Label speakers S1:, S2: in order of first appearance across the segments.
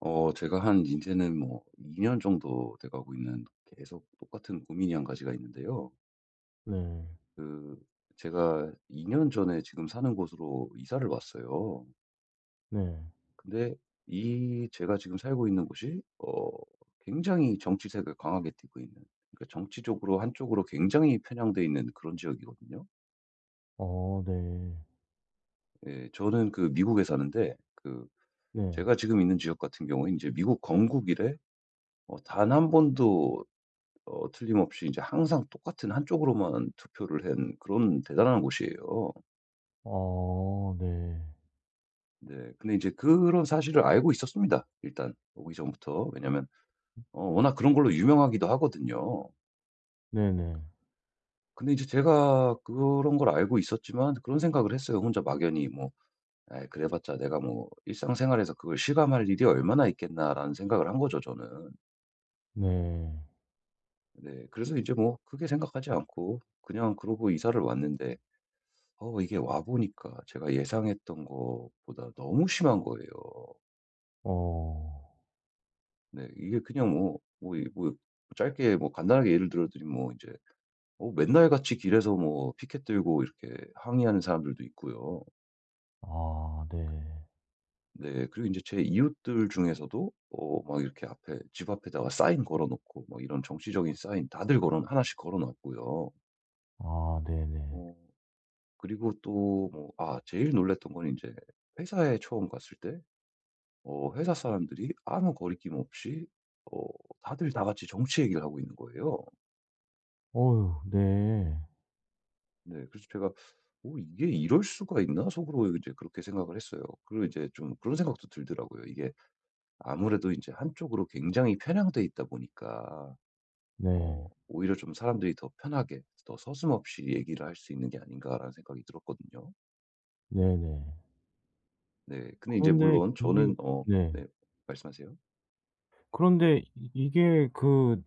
S1: 제가 한 이제는 뭐 2년 년 정도 돼 가고 있는 계속 똑같은 고민이 한 가지가 있는데요.
S2: 네.
S1: 그 제가 2년 전에 지금 사는 곳으로 이사를 왔어요.
S2: 네.
S1: 근데 이 제가 지금 살고 있는 곳이 굉장히 정치색을 강하게 띠고 있는, 그러니까 정치적으로 한쪽으로 굉장히 편향돼 있는 그런 지역이거든요.
S2: 어, 네.
S1: 예, 저는 그 미국에 사는데, 그
S2: 네.
S1: 제가 지금 있는 지역 같은 경우에 이제 미국 건국 이래 단한 번도 틀림없이 이제 항상 똑같은 한쪽으로만 투표를 한 그런 대단한 곳이에요.
S2: 어, 네.
S1: 네. 근데 이제 그런 사실을 알고 있었습니다, 일단 오기 전부터. 왜냐면 워낙 그런 걸로 유명하기도 하거든요.
S2: 네네.
S1: 근데 이제 제가 그런 걸 알고 있었지만 그런 생각을 했어요. 혼자 막연히 뭐 '아이 그래 봤자 내가 뭐 일상생활에서 그걸 실감할 일이 얼마나 있겠나.'라는 생각을 한 거죠, 저는.
S2: 네.
S1: 네. 그래서 이제 뭐 크게 생각하지 않고 그냥 그러고 이사를 왔는데, 이게 와 보니까 제가 예상했던 것보다 너무 심한 거예요.
S2: 어.
S1: 네. 이게 그냥 뭐 뭐 이 뭐 짧게 뭐 간단하게 예를 들어 드리면 뭐 이제 맨날같이 길에서 뭐 피켓 들고 이렇게 항의하는 사람들도 있고요.
S2: 아, 네.
S1: 네. 그리고 이제 제 이웃들 중에서도 막 이렇게 앞에 집 앞에다가 사인 걸어 놓고 뭐 이런 정치적인 사인 다들 걸어 하나씩 걸어 놨고요.
S2: 아, 네네.
S1: 어 그리고 또 뭐 아 제일 놀랐던 건 이제 회사에 처음 갔을 때 회사 사람들이 아무 거리낌 없이 어 다들 다 같이 정치 얘기를 하고 있는 거예요.
S2: 어유, 네.
S1: 네. 그래서 제가 '오, 이게 이럴 수가 있나?' 속으로 이제 그렇게 생각을 했어요. 그리고 이제 좀 그런 생각도 들더라고요. 이게 아무래도 이제 한쪽으로 굉장히 편향돼 있다 보니까
S2: 네.
S1: 오히려 좀 사람들이 더 편하게 더 서슴없이 얘기를 할 수 있는 게 아닌가라는 생각이 들었거든요.
S2: 네네.
S1: 네. 근데 이제
S2: 그런데
S1: 물론
S2: 이게,
S1: 저는
S2: 네.
S1: 네. 말씀하세요.
S2: 그런데 이 이게 그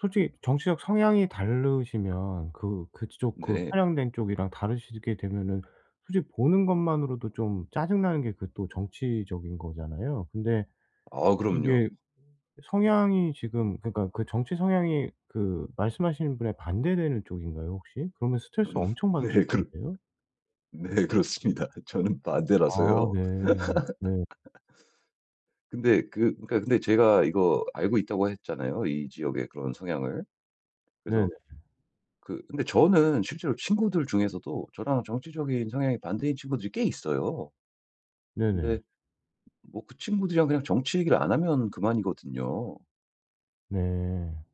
S2: 솔직히 정치적 성향이 다르시면 그 그쪽 그
S1: 네.
S2: 편향된 쪽이랑 다르시게 되면은 솔직히 보는 것만으로도 좀 짜증나는 게 그 또 정치적인 거잖아요. 근데
S1: 아 그럼요.
S2: 이게 성향이 지금 그러니까 그 정치 성향이 그 말씀하시는 분에 반대되는 쪽인가요 혹시? 그러면 스트레스 엄청 받으실
S1: 네. 그
S2: 텐데요.
S1: 네 그렇습니다. 저는
S2: 아,
S1: 반대라서요.
S2: 네. 네.
S1: 근데 그 그러니까 근데 제가 이거 알고 있다고 했잖아요, 이 지역의 그런 성향을.
S2: 네네.
S1: 그래서 그 근데 저는 실제로 친구들 중에서도 저랑 정치적인 성향이 반대인 친구들이 꽤 있어요. 근데
S2: 네네.
S1: 뭐 그 친구들이랑 그냥 정치 얘기를 안 하면 그만이거든요.
S2: 네. 네.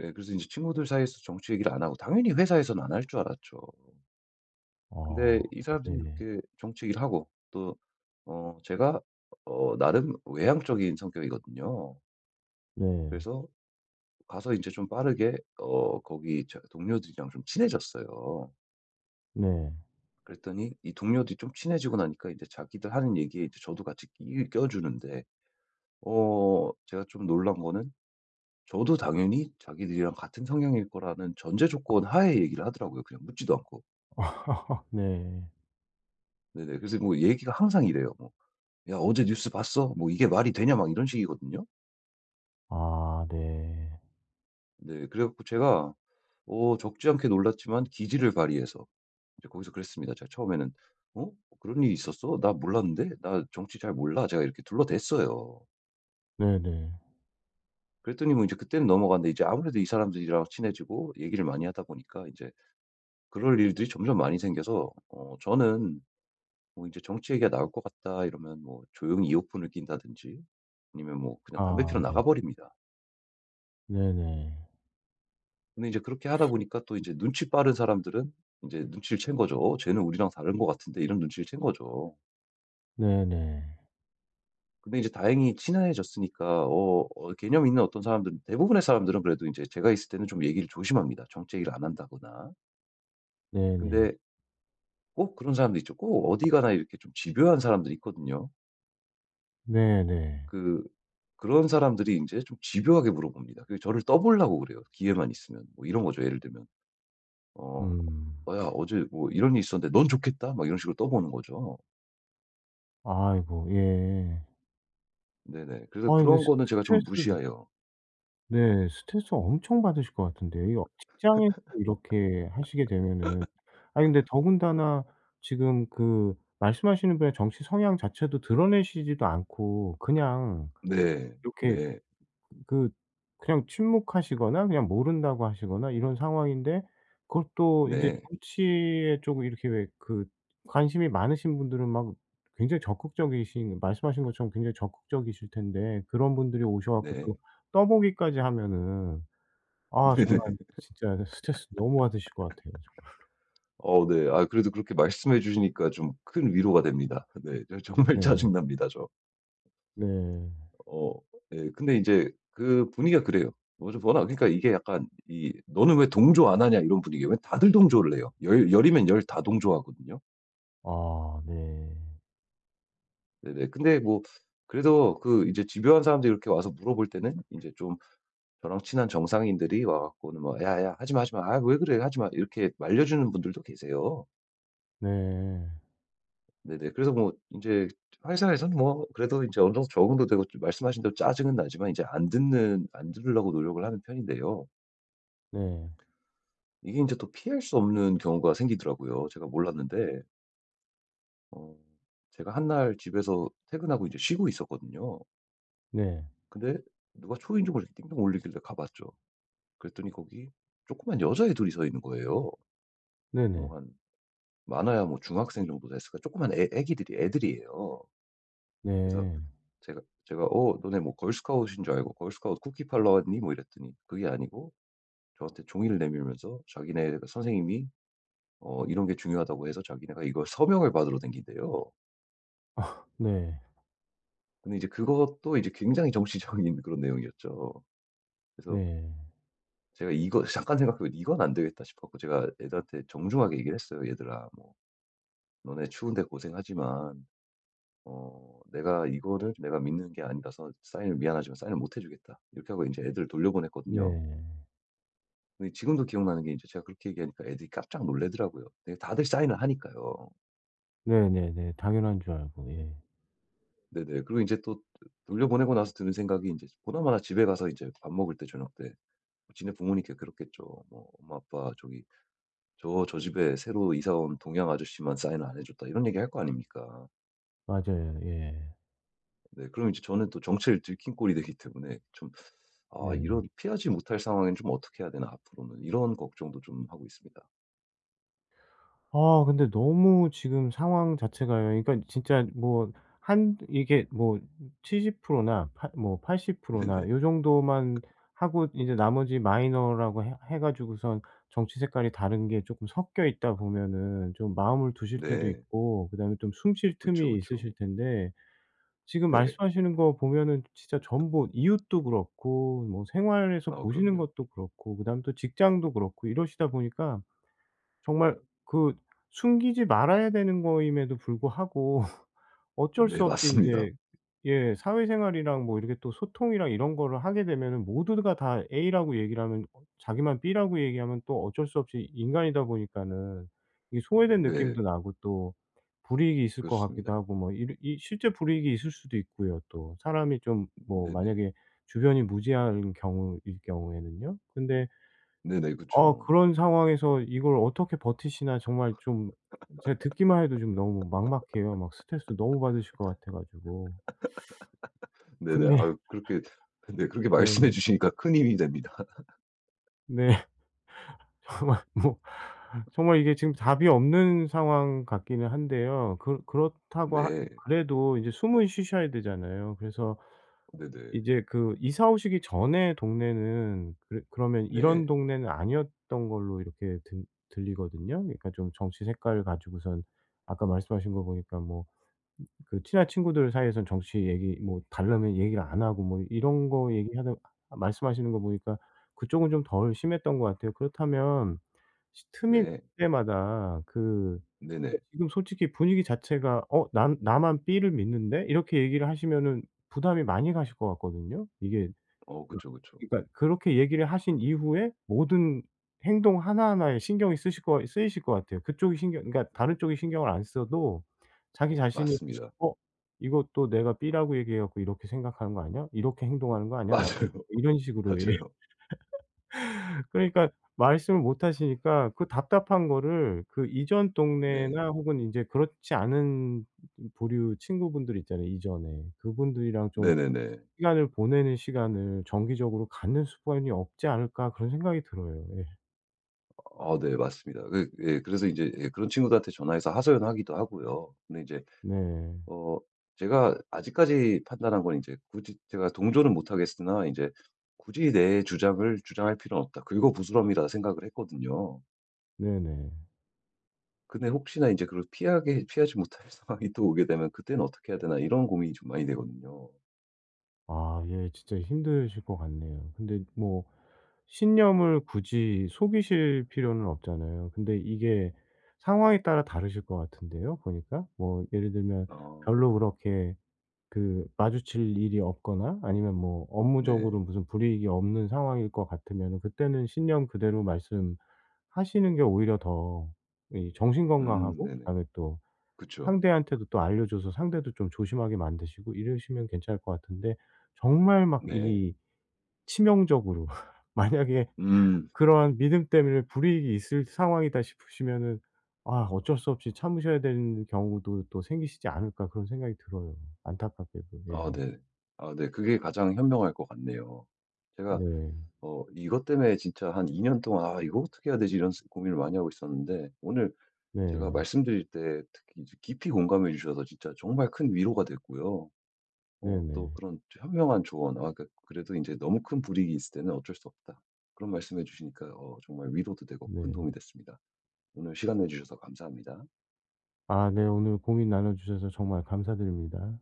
S1: 예 그래서 인제 친구들 사이에서 정치 얘기를 안 하고 당연히 회사에서는 안 할 줄 알았죠. 근데
S2: 아,
S1: 이 사람들이
S2: 네.
S1: 이렇게 정치 얘기를 하고 또 제가 나름 외향적인 성격이거든요.
S2: 네.
S1: 그래서 가서 이제 좀 빠르게 거기 저 동료들이랑 좀 친해졌어요.
S2: 네.
S1: 그랬더니 이 동료들이 좀 친해지고 나니까 이제 자기들 하는 얘기에 이제 저도 같이 끼 껴주는데 제가 좀 놀란 거는 저도 당연히 자기들이랑 같은 성향일 거라는 전제 조건 하에 얘기를 하더라고요, 그냥 묻지도 않고.
S2: 네.
S1: 네네. 그래서 뭐 얘기가 항상 이래요. 뭐 "야 어제 뉴스 봤어?" 뭐 "이게 말이 되냐?" 막 이런 식이거든요.
S2: 아, 네.
S1: 네. 그래 갖고 제가 적지 않게 놀랐지만 기지를 발휘해서 이제 거기서 그랬습니다. 제가 처음에는 "어? 그런 일이 있었어? 나 몰랐는데? 나 정치 잘 몰라." 제가 이렇게 둘러댔어요.
S2: 네네.
S1: 그랬더니 뭐 이제 그때는 넘어갔는데, 이제 아무래도 이 사람들이랑 친해지고 얘기를 많이 하다 보니까 이제 그럴 일들이 점점 많이 생겨서 저는 뭐 이제 "정치 얘기가 나올 것 같다." 이러면 뭐 조용히 이어폰을 낀다든지 아니면 뭐 그냥 담배
S2: 아,
S1: 피러
S2: 네.
S1: 나가 버립니다.
S2: 네네.
S1: 근데 이제 그렇게 하다 보니까 또 이제 눈치 빠른 사람들은 이제 눈치를 챈 거죠. 어, '쟤는 우리랑 다른 것 같은데.' 이런 눈치를 챈 거죠.
S2: 네네.
S1: 근데 이제 다행히 친해졌으니까 개념 있는 어떤 사람들은, 대부분의 사람들은 그래도 이제 제가 있을 때는 좀 얘기를 조심합니다, 정얘기를 안 한다거나.
S2: 네네.
S1: 근데 꼭 그런 사람도 있죠. 꼭 어디 가나 이렇게 좀 집요한 사람들이 있거든요.
S2: 네네.
S1: 그 그런 사람들이 이제 좀 집요하게 물어봅니다. 그 저를 떠보려고 그래요, 기회만 있으면. 뭐 이런 거죠, 예를 들면. 어
S2: 음.
S1: "어 야 어제 뭐 이런 일이 있었는데 넌 좋겠다." 막 이런 식으로 떠보는 거죠.
S2: 아이고, 예.
S1: 네네. 그래서
S2: 아 이게
S1: 그런
S2: 스
S1: 거는 제가 좀
S2: 스트레스
S1: 무시해요.
S2: 네. 스트레스 엄청 받으실 것 같은데 이거 직장에서 이렇게 하시게 되면은, 아니 근데 더군다나 지금 그 말씀하시는 분의 정치 성향 자체도 드러내시지도 않고 그냥
S1: 네.
S2: 이렇게
S1: 네.
S2: 그 그냥 침묵하시거나 그냥 모른다고 하시거나 이런 상황인데 그것도 인제
S1: 네.
S2: 정치에 쪼금 이렇게 왜 그 관심이 많으신 분들은 막 굉장히 적극적이신, 말씀하신 것처럼 굉장히 적극적이실 텐데 그런 분들이 오셔 갖고
S1: 네.
S2: 또 떠보기까지 하면은 아 정말
S1: 네네.
S2: 진짜 스트레스 너무 받으실 것 같아요.
S1: 네. 아 그래도 그렇게 말씀해 주시니까 좀 큰 위로가 됩니다. 네. 저 정말
S2: 네네.
S1: 짜증납니다, 저.
S2: 네. 네.
S1: 어 네. 근데 이제 그 분위기가 그래요. 뭐죠, 워낙 그러니까 이게 약간 이 "너는 왜 동조 안 하냐." 이런 분위기예요. 왜 다들 동조를 해요. 열 열이면 열 다 동조하거든요.
S2: 아, 네.
S1: 네네. 근데 뭐 그래도 그 이제 집요한 사람들이 이렇게 와서 물어볼 때는 이제 좀 저랑 친한 정상인들이 와 갖고는 뭐 "야야 하지 마, 하지 마. 아 왜 그래. 하지 마." 이렇게 말려 주는 분들도 계세요.
S2: 네.
S1: 네네. 그래서 뭐 이제 회사에서는 뭐 그래도 이제 어느 정도 적응도 되고 좀 말씀하신 대로 짜증은 나지만 이제 안 들으려고 노력을 하는 편인데요.
S2: 네.
S1: 이게 이제 또 피할 수 없는 경우가 생기더라고요. 제가 몰랐는데, 어 제가 한 날 집에서 퇴근하고 이제 쉬고 있었거든요.
S2: 네.
S1: 근데 누가 초인종을 이렇게 띵동 울리길래 가 봤죠. 그랬더니 거기 조그만 여자애 들이서 있는 거예요. 뭐
S2: 네네.
S1: 한 많아야 뭐 중학생 정도 됐을까? 조그만 애 애기들이 애들이에요. 그래서
S2: 네.
S1: 제가 "어 너네 뭐 걸스카웃인 줄 알고 걸스카웃 쿠키 팔러 왔니?" 뭐 이랬더니 그게 아니고 저한테 종이를 내밀면서 자기네 선생님이 이런 게 중요하다고 해서 자기네가 이걸 서명을 받으러 다닌대요.
S2: 아, 네.
S1: 근데 이제 그것도 이제 굉장히 정치적인 그런 내용이었죠. 그래서
S2: 네.
S1: 제가 이거 잠깐 생각해 보니 '이건 안 되겠다.' 싶어 고 제가 애들한테 정중하게 얘기를 했어요. "얘들아 뭐 너네 추운데 고생하지만 내가 이거를 내가 믿는 게 아니라서 사인을, 미안하지만 사인을 못 해 주겠다." 이렇게 하고 이제 애들을 돌려보냈거든요.
S2: 네.
S1: 근데 지금도 기억나는 게 이제 제가 그렇게 얘기하니까 애들이 깜짝 놀라더라고요. 네, 다들 사인을 하니까요.
S2: 네네네. 당연한 줄 알고. 예.
S1: 네네. 그리고 이제 또 돌려보내고 나서 드는 생각이, 이제 보나마나 집에 가서 이제 밥 먹을 때 저녁 때 뭐 지네 부모님께 그렇겠죠. 뭐 "엄마 아빠 저기 집에 새로 이사 온 동양 아저씨만 사인을 안 해 줬다." 이런 얘기할 거 아닙니까.
S2: 맞아요. 예.
S1: 네 그럼 이제 저는 또 정체를 들킨 꼴이 되기 때문에 좀 '아
S2: 네.
S1: 이런 피하지 못할 상황엔 좀 어떻게 해야 되나 앞으로는.' 이런 걱정도 좀 하고 있습니다.
S2: 아 근데 너무 지금 상황 자체가요, 그러니까 진짜 뭐 한 이게 뭐 70%나팔십 80%나
S1: 네네.
S2: 요 정도만 하고 이제 나머지 마이너라고 해 가지고선 정치 색깔이 다른 게 조금 섞여 있다 보면은 좀 마음을 두실 때도
S1: 네.
S2: 있고 그다음에 좀 숨쉴
S1: 그쵸,
S2: 틈이 있으실
S1: 그쵸.
S2: 텐데, 지금
S1: 네.
S2: 말씀하시는 거 보면은 진짜 전부 이웃도 그렇고 뭐 생활에서
S1: 아
S2: 보시는
S1: 그럼요.
S2: 것도 그렇고 그다음에 또 직장도 그렇고 이러시다 보니까 정말 그 숨기지 말아야 되는 거임에도 불구하고 어쩔
S1: 네
S2: 수 없이 이
S1: 맞습니다.
S2: 제 예 사회생활이랑 뭐 이렇게 또 소통이랑 이런 거를 하게 되면은 모두가 다 A라고 얘기를 하면 어 자기만 B라고 얘기하면 또 어쩔 수 없이 인간이다 보니까는 이게 소외된
S1: 네.
S2: 느낌도 나고 또 불이익이 있을 것 같기도
S1: 그렇습니다.
S2: 하고 뭐 이 실제 불이익이 있을 수도 있고요 또. 사람이 좀 뭐
S1: 네네.
S2: 만약에 주변이 무지한 경우일 경우에는요. 근데
S1: 네네.
S2: 어
S1: 그쵸.
S2: 그런 상황에서 이걸 어떻게 버티시나 정말 좀 제가 듣기만 해도 좀 너무 막막해요. 막 스트레스 너무 받으실 것 같아 가지고.
S1: 네네.
S2: 근데
S1: 아유 그렇게, 네 그렇게
S2: 네.
S1: 말씀해 주시니까 큰 힘이 됩니다.
S2: 네. 정말 뭐 정말 이게 지금 답이 없는 상황 같기는 한데요. 그 그렇다고 하
S1: 네.
S2: 그래도 이제 숨은 쉬셔야 되잖아요. 그래서
S1: 네네.
S2: 이제 그 이사 오시기 전에 동네는 그러면 이런
S1: 네.
S2: 동네는 아니었던 걸로 이렇게 들 들리거든요. 그러니까 좀 정치 색깔을 가지고선 아까 말씀하신 거 보니까 뭐 그 친한 친구들 사이에서는 정치 얘기 뭐 다르면 얘기를 안 하고 뭐 이런 거 얘기하다 말씀하시는 거 보니까 그쪽은 좀 덜 심했던 것 같아요. 그렇다면 시 틈이 날
S1: 네.
S2: 때마다 그
S1: 네네.
S2: 지금 솔직히 분위기 자체가 '어 난 나만 B를 믿는데?' 이렇게 얘기를 하시면은 부담이 많이 가실 것 같거든요. 이게
S1: 그쵸, 그쵸.
S2: 그러니까 그렇게 얘기를 하신 이후에 모든 행동 하나하나에 신경이 쓰실 거 쓰이실 것 같아요. 그쪽이 신경, 그러니까 다른 쪽이 신경을 안 써도 자기 자신이
S1: 맞습니다.
S2: '어 이거 또 내가 B라고 얘기해 갖고 이렇게 생각하는 거 아니야? 이렇게 행동하는 거 아니야 나?'
S1: 맞아요.
S2: 이런 식으로, 예.
S1: 맞아요.
S2: 그러니까 말씀을 못 하시니까 그 답답한 거를 그 이전
S1: 네.
S2: 동네나 혹은 인제 그렇지 않은 부류 친구분들 있잖아요 이전에. 그분들이랑 좀
S1: 네네네.
S2: 시간을 보내는 시간을 정기적으로 갖는 습관이 없지 않을까 그런 생각이 들어요. 예.
S1: 아 네 맞습니다. 그 예 그래서 이제 예 그런 친구들한테 전화해서 하소연하기도 하고요. 근데 이제
S2: 네.
S1: 어 제가 아직까지 판단한 건 이제 굳이 제가 동조는 못 하겠으나 이제 '굳이 내 주장을 주장할 필요는 없다. 긁어부스럼이'라 생각을 했거든요.
S2: 네네.
S1: 근데 혹시나 이제 그걸 피하게 피하지 못할 상황이 또 오게 되면 '그때는 어떻게 해야 되나.' 이런 고민이 좀 많이 되거든요.
S2: 아 예 진짜 힘드실 것 같네요. 근데 뭐 신념을 굳이 속이실 필요는 없잖아요. 근데 이게 상황에 따라 다르실 것 같은데요 보니까. 뭐 예를 들면
S1: 아
S2: 별로 그렇게 그 마주칠 일이 없거나 아니면 뭐 업무적으로
S1: 네.
S2: 무슨 불이익이 없는 상황일 것 같으면은 그때는 신념 그대로 말씀 하시는 게 오히려 더 이 정신 건강하고
S1: 네네.
S2: 그다음에 또
S1: 그쵸.
S2: 상대한테도 또 알려줘서 상대도 좀 조심하게 만드시고 이러시면 괜찮을 것 같은데 정말 막
S1: 네.
S2: 이 치명적으로 만약에
S1: 음.
S2: 그러한 믿음 때문에 불이익이 있을 상황이다 싶으시면은 '아 어쩔 수 없이 참으셔야 되는 경우도 또 생기시지 않을까.' 그런 생각이 들어요, 안타깝게도. 예.
S1: 아 네. 아 네. 그게 가장 현명할 것 같네요. 제가
S2: 네.
S1: 이것 때문에 진짜 한 2년 동안 '아 이거 어떻게 해야 되지?' 이런 고민을 많이 하고 있었는데 오늘 제가
S2: 네.
S1: 말씀드릴 때 특히 이제 깊이 공감해 주셔서 진짜 정말 큰 위로가 됐고요. 또
S2: 네네.
S1: 그런 현명한 조언, 아 그 그래도 이제 "너무 큰 불이익이 있을 때는 어쩔 수 없다." 그런 말씀해 주시니까 정말 위로도 되고
S2: 네.
S1: 큰 도움이 됐습니다. 오늘 시간 내 주셔서 감사합니다.
S2: 아 네. 오늘 고민 나눠 주셔서 정말 감사드립니다.